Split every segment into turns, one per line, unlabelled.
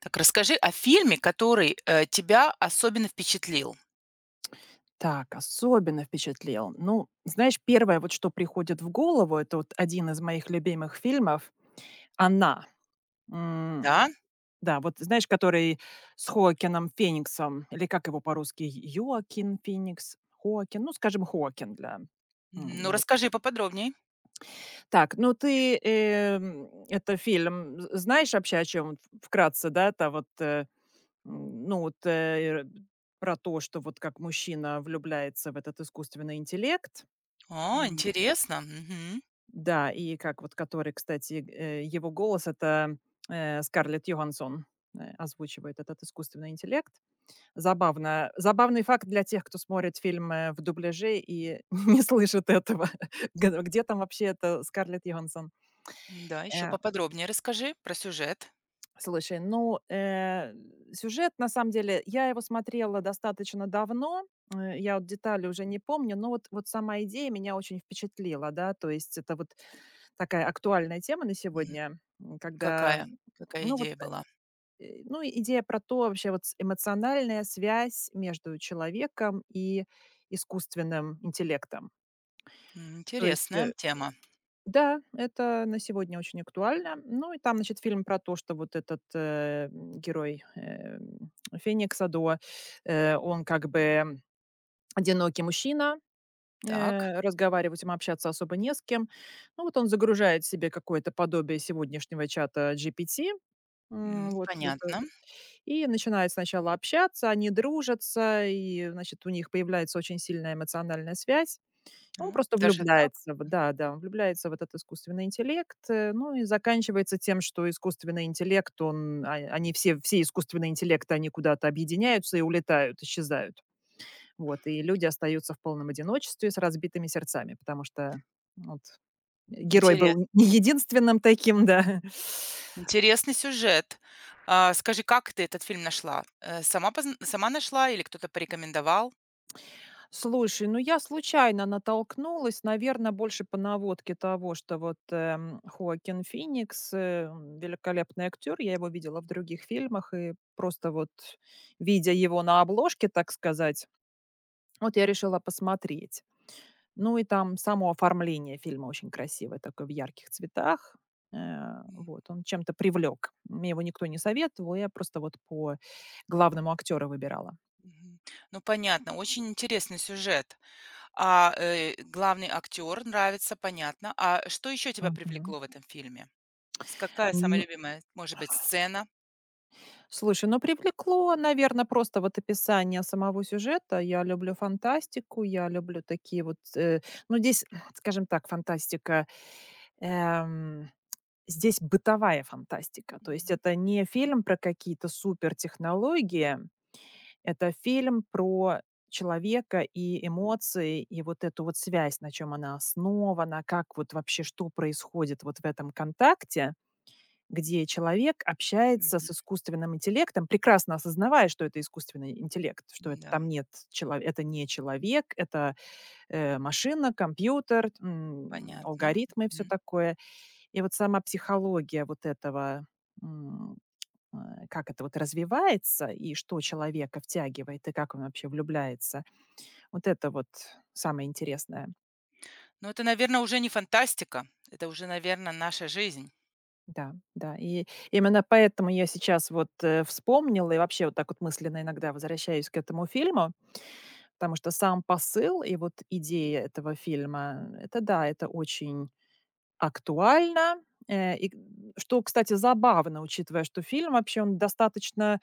Так расскажи о фильме, который, тебя особенно впечатлил.
Так, особенно впечатлил. Ну, знаешь, первое, вот что приходит в голову, это вот один из моих любимых фильмов "Она". М,
Да?
да, вот знаешь, который с Хоакином Фениксом, или как его по-русски, Йоакин Феникс, Хоакин, ну, скажем, Хоакин для,
Мгм. Ну,
его.
расскажи поподробней.
Так, ну ты, это фильм з знаешь вообще, о чём вкратце, да, это вот, ну вот, про то, что вот как мужчина влюбляется в этот искусственный интеллект.
О, интересно. Мгм.
Да, и как вот который, кстати, его голос- это, Скарлетт Йоханссон, озвучивает этот искусственный интеллект. Забавно. Забавный факт для тех, кто смотрит фильм, в дубляже и не слышит этого. Г где там вообще это Скарлетт Йоханссон?
Да, еще
Э,
поподробнее расскажи про сюжет.
слушай, ну, сюжет, на самом деле, я его смотрела достаточно давно, я вот детали уже не помню, но вот сама идея меня очень впечатлила, да. То есть это вот такая актуальная тема на
Мгм.
сегодня, когда,
Какая
ну вот,
идея была?
ну, идея про то вообще вот с эмоциональная связь между человеком и искусственным интеллектом.
М,
То есть,
интересная тема.
да, это на сегодня очень актуально. Ну и там, значит, фильм про то, что вот этот, герой, м, Феникса До, он как бы одинокий мужчина.
Так,
Разговаривать им, общаться особо не с кем. Ну, вот он загружает себе какое-то подобие сегодняшнего чата GPT.
м,
Вот это.
понятно.
И начинает сначала общаться, они дружатся, и, значит, у них появляется очень сильная эмоциональная связь. Он
Ну,
просто
даже так?
влюбляется, да, да, он влюбляется в этот искусственный интеллект, ну и заканчивается тем, что искусственный интеллект, он, они все, искусственные интеллекты, они куда-то объединяются и улетают, исчезают. Вот, и люди остаются в полном одиночестве с разбитыми сердцами, потому что вот герой
Интерес
был не единственным таким, да.
интересный сюжет. А, скажи, как ты этот фильм нашла? Сама нашла или кто-то порекомендовал?
Слушай, ну я случайно натолкнулась, наверное, больше по наводке того, что вот, Хоакин Феникс, великолепный актер, я его видела в других фильмах, и просто вот видя его на обложке, так сказать, вот я решила посмотреть. Ну и там само оформление фильма очень красивое, такое в ярких цветах. Вот, он чем-то привлек. Мне его никто не советовал, я просто вот по главному актеру выбирала.
Мгм. Ну, понятно, очень интересный сюжет. А, главный актер нравится, понятно. А что еще тебя
Мгм.
привлекло в этом фильме? С какая самая
Н
любимая, может быть, сцена?
Слушай, ну привлекло, наверное, просто вот описание самого сюжета. Я люблю фантастику, я люблю такие вот, ну, здесь, скажем так, фантастика, эм, здесь бытовая фантастика. То есть
Мгм.
это не фильм про какие-то супертехнологии. Это фильм про человека и эмоции, и вот эту вот связь, на чем она основана, как вот вообще, что происходит вот в этом контакте, где человек общается с
Мгм.
искусственным интеллектом, прекрасно осознавая, что это искусственный интеллект, что это
Да,
там нет чело это не человек, это, машина, компьютер,
понятно.
алгоритмы и всё
Мгм.
такое. И вот сама психология вот этого, м, как это вот развивается и что человека втягивает, и как он вообще влюбляется. Вот это вот самое интересное.
Ну, это, наверное, уже не фантастика. Это уже, наверное, наша жизнь.
Да, да. И именно поэтому я сейчас вот вспомнила и вообще вот так вот мысленно иногда возвращаюсь к этому фильму, потому что сам посыл и вот идея этого фильма, это да, это очень актуально, и, что, кстати, забавно, учитывая, что фильм вообще он достаточно,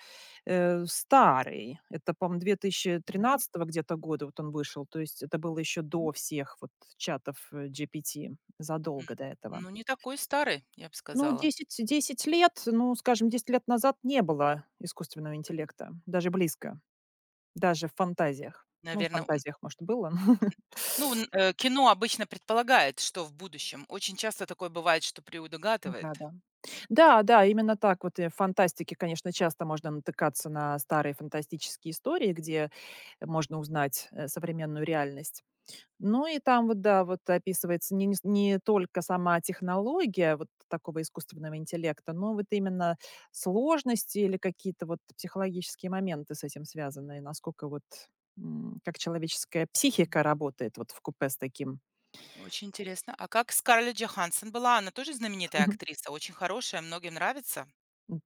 старый. Это, по-моему, две тысячи
Да?
тринадцатого где-то года вот он вышел. То есть это было еще до всех вот чатов, GPT,
М.
задолго до этого.
Ну, не такой старый, я бы
Ну,
сказала.
десять лет, ну, скажем, 10 лет назад не было искусственного интеллекта, даже близко, даже в фантазиях. Ну, в
Наверное,
фантазиях, может, было, но
кино обычно предполагает, что в будущем. Очень часто такое бывает, что приудогадывает.
Да-да. Да-да, именно так. Вот, в фантастике, конечно, часто можно натыкаться на старые фантастические истории, где можно узнать, современную реальность. Ну и там вот, да, вот описывается не только сама технология вот такого искусственного интеллекта, но вот именно сложности или какие-то вот психологические моменты с этим связаны, и насколько вот, как человеческая психика работает вот в купе с таким.
Очень интересно. А как Скарлетт Джоханссон была? Она тоже знаменитая актриса, очень хорошая, многим нравится.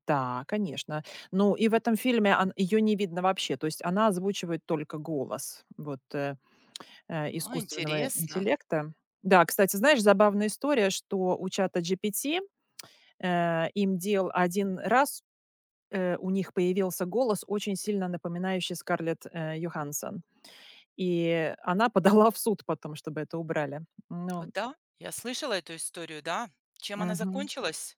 Да, конечно. Ну, и в этом фильме ее не видно вообще. То есть она озвучивает только голос вот,
А,
искусственного
интересно.
интеллекта. Да, кстати, знаешь, забавная история, что у чата GPT им дел один раз у них появился голос, очень сильно напоминающий Скарлетт Йоханссон. И она подала в суд потом, чтобы это убрали. Ну,
Вот да, я слышала эту историю, да. Чем она
мгм.
закончилась?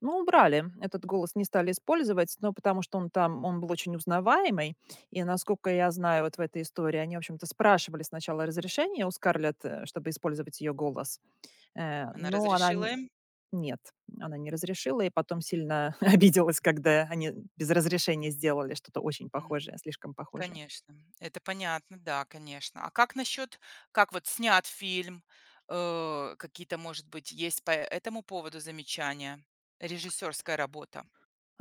Ну, убрали. Этот голос не стали использовать, но потому что он там, он был очень узнаваемый. И насколько я знаю вот в этой истории, они, в общем-то, спрашивали сначала разрешение у Скарлетт, чтобы использовать ее голос.
Она
Но она
разрешила им?
нет, она не разрешила, и потом сильно обиделась, когда они без разрешения сделали что-то очень
М,
похожее, слишком похожее.
конечно, это понятно, да, конечно. А как насчет, как вот снят фильм, какие-то, может быть, есть по этому поводу замечания? Режиссерская работа.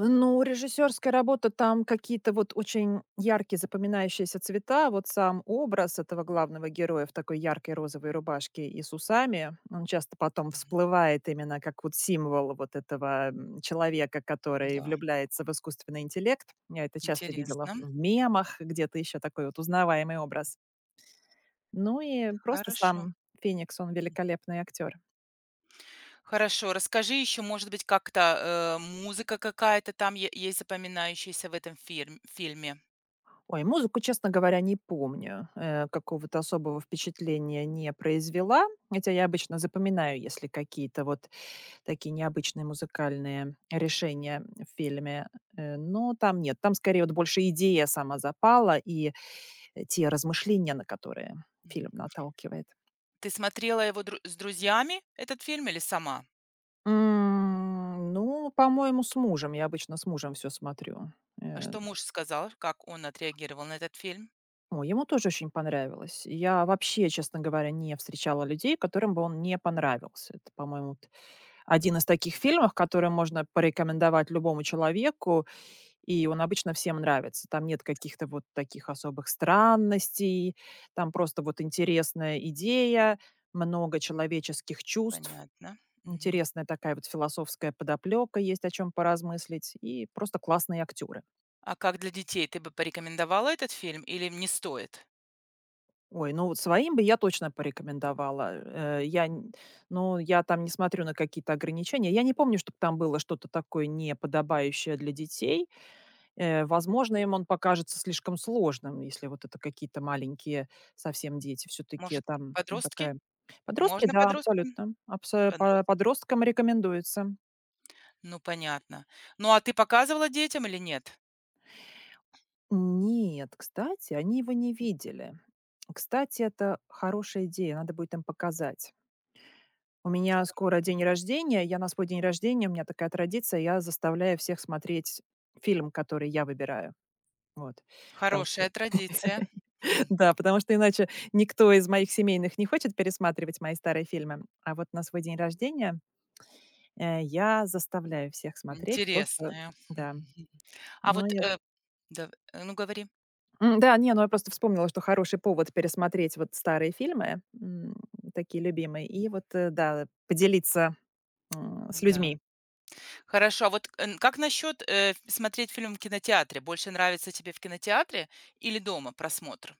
Ну, режиссерская работа, там какие-то вот очень яркие запоминающиеся цвета. Вот сам образ этого главного героя в такой яркой розовой рубашке и с усами, он часто потом
Мгм.
всплывает именно как вот символ вот этого человека, который
Да,
влюбляется в искусственный интеллект. Я это часто видела
интересно,
в мемах, где-то еще такой вот узнаваемый образ. Ну и просто
хорошо.
сам Феникс, он великолепный актер.
Хорошо, расскажи еще, может быть, как-то, музыка какая-то там е есть запоминающаяся в этом фирм фильме?
Ой, музыку, честно говоря, не помню. Какого-то особого впечатления не произвела. Хотя я обычно запоминаю, если какие-то вот такие необычные музыкальные решения в фильме. Но там нет. Там скорее вот больше идея сама запала и те размышления, на которые фильм
Мгм.
наталкивает.
Ты смотрела его дру с друзьями, этот фильм, или сама?
Ну, по-моему, с мужем. Я обычно с мужем все смотрю.
А
Э,
что муж сказал? Как он отреагировал на этот фильм?
О, ему тоже очень понравилось. Я вообще, честно говоря, не встречала людей, которым бы он не понравился. Это, по-моему, вот один из таких фильмов, который можно порекомендовать любому человеку, и он обычно всем нравится. Там нет каких-то вот таких особых странностей, там просто вот интересная идея, много человеческих чувств,
Понятно. Мгм.
интересная такая вот философская подоплека, есть о чем поразмыслить, и просто классные актеры.
А как для детей? Ты бы порекомендовала этот фильм или не стоит?
Ой, ну вот своим бы я точно порекомендовала. Э, я, н ну, я там не смотрю на какие-то ограничения. Я не помню, чтобы там было что-то такое неподобающее для детей. Возможно, им он покажется слишком сложным, если вот это какие-то маленькие совсем дети. Все таки
Может,
там, ну,
подростки?
такая подростки,
Можно
да,
подросткам?
абсолютно. Абсо по
Подросткам.
подросткам рекомендуется.
Ну, понятно. Ну, а ты показывала детям или нет?
Нет, кстати, они его не видели. Кстати, это хорошая идея, надо будет им показать. У меня скоро день рождения. Я на свой день рождения, у меня такая традиция, я заставляю всех смотреть фильм, который я выбираю. Вот. Потому что
Хорошая традиция. Мгм.
да, потому что иначе никто из моих семейных не хочет пересматривать мои старые фильмы. А вот на свой день рождения, я заставляю всех смотреть то, что
Интересная.
да.
Мгм. А
Но
вот,
я
да, ну говори.
Да, не, ну я просто вспомнила, что хороший повод пересмотреть вот старые фильмы, такие любимые, и вот, да, поделиться, с
Да.
людьми.
Хорошо, а вот, эн как насчет, смотреть фильм в кинотеатре? Больше нравится тебе в кинотеатре или дома просмотр?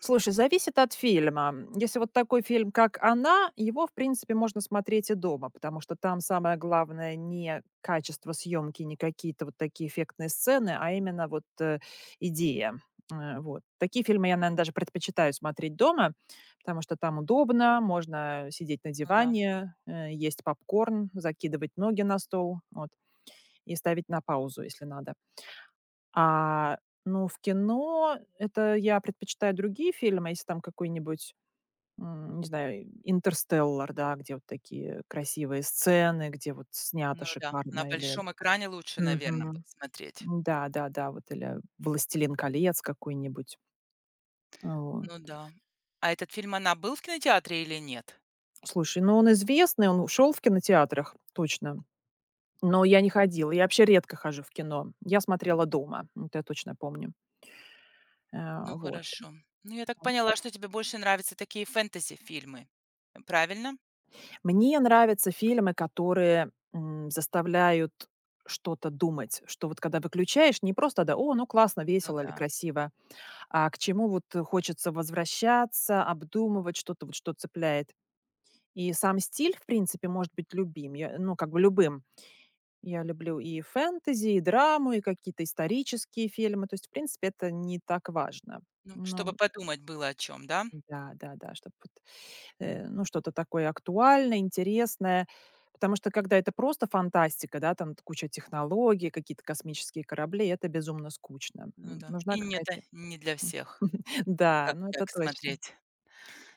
Слушай, зависит от фильма. Если вот такой фильм, как "Она", его, в принципе, можно смотреть и дома, потому что там самое главное не качество съемки, не какие-то вот такие эффектные сцены, а именно вот, идея. Вот. Такие фильмы я, наверное, даже предпочитаю смотреть дома, потому что там удобно, можно сидеть на
Ну да,
диване, есть попкорн, закидывать ноги на стол, вот, и ставить на паузу, если надо. А, ну, в кино это я предпочитаю другие фильмы, если там какой-нибудь, не знаю, "Интерстеллар", да, где вот такие красивые сцены, где вот снято
ну да. На
шикарно или
большом экране лучше, наверное,
мгм.
смотреть.
Да-да-да, вот или "Властелин колец" какой-нибудь. О,
Ну да. А этот фильм, она, был в кинотеатре или нет?
слушай, ну, он известный, он ушел в кинотеатрах, точно, но я не ходила. Я вообще редко хожу в кино. Я смотрела дома, это я точно помню.
Ну,
Вот.
хорошо. Ну, я так поняла, что тебе больше нравятся такие фэнтези-фильмы. Правильно?
Мне нравятся фильмы, которые, заставляют что-то думать, что вот когда выключаешь, не просто, да: "О, ну классно,
Ну
весело или
да.
красиво", а к чему вот хочется возвращаться, обдумывать что-то, вот что цепляет. И сам стиль, в принципе, может быть любим. Я, ну, как бы любым. Я люблю и фэнтези, и драму, и какие-то исторические фильмы. То есть, в принципе, это не так важно.
Ну,
Но
чтобы подумать было о чем, да?
да, да-да, чтобы ну, что-то такое актуальное, интересное. Потому что когда это просто фантастика, да, там куча технологий, какие-то космические корабли, это безумно скучно.
Ну да.
Нужна
И не это
какая-то...
не для
м,
всех.
да,
Как
ну это
так
точно,
смотреть?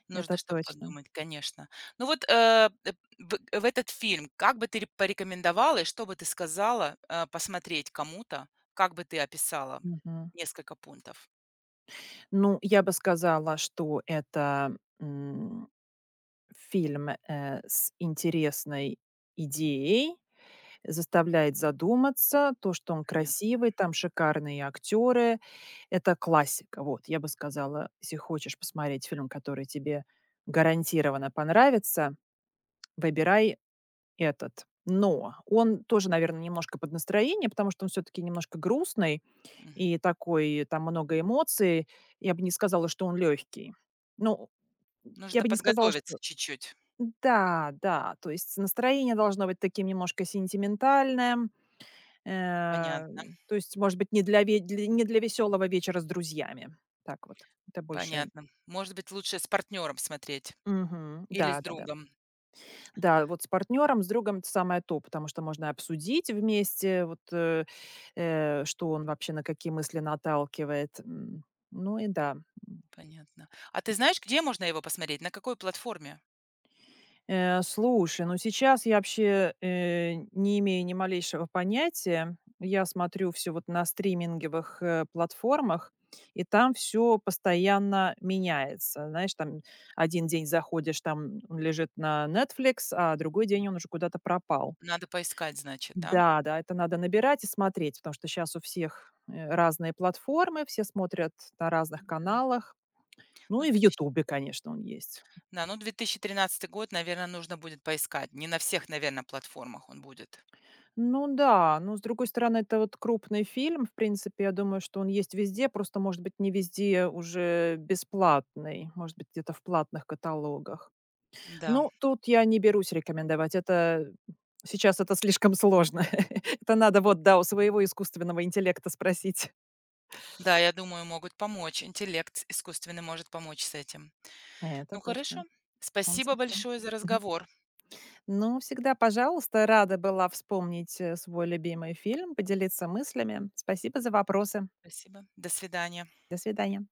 Нужно,
это
чтобы
точно.
подумать, конечно. Ну вот, э, э, в этот фильм как бы ты ре порекомендовала и что бы ты сказала, посмотреть кому-то? Как бы ты описала?
Мгм.
Несколько пунктов.
Ну, я бы сказала, что это фильм с интересной идеей, заставляет задуматься то, что он
Понятно.
красивый, там шикарные актеры. Это классика. Вот, я бы сказала, если хочешь посмотреть фильм, который тебе гарантированно понравится, выбирай этот. Но он тоже, наверное, немножко под настроение, потому что он все-таки немножко грустный
Мгм.
и такой, там много эмоций. Я бы не сказала, что он легкий. Ну, я
Нужно
бы не сказала, что...
подготовиться чуть-чуть.
Да, да, то есть настроение должно быть таким немножко сентиментальным, Э,
Понятно.
то есть, может быть, не для веселого вечера с друзьями. Так вот. Это больше
Понятно. Может быть, лучше с партнером смотреть
мгм.
или с
Да-да-да. Да,
другом.
да. Да, вот с партнером, с другом- это самое то, потому что можно обсудить вместе, вот, что он вообще, на какие мысли наталкивает. Ну и да.
Понятно. А ты знаешь, где можно его посмотреть? На какой платформе?
Слушай, ну сейчас я вообще, не имею ни малейшего понятия. Я смотрю все вот на стриминговых, платформах, и там все постоянно меняется. Знаешь, там один день заходишь, там он лежит на Netflix, а другой день он уже куда-то пропал.
Надо поискать, значит, да?
Да, да, это надо набирать и смотреть, потому что сейчас у всех, разные платформы, все смотрят на разных
Да.
каналах. Ну
Ну,
и в
2000
"Ютубе", конечно, он есть.
да, ну 2013 год, наверное, нужно будет поискать. Не на всех, наверное, платформах он будет.
Ну да, но с другой стороны, это вот крупный фильм. В принципе, я думаю, что он есть везде, просто, может быть, не везде уже бесплатный, может быть, где-то в платных каталогах.
Да,
Ну, тут я не берусь рекомендовать. Это сейчас это слишком сложно. Это надо вот, да, у своего искусственного интеллекта спросить.
да, я думаю, могут помочь. Интеллект искусственный может помочь с этим.
Это
Ну хорошо.
точно. Он
Спасибо
совсем.
большое за
Мгм.
разговор.
Ну, всегда, пожалуйста, рада была вспомнить свой любимый фильм, поделиться мыслями. Спасибо за вопросы.
Спасибо. До свидания.
До свидания.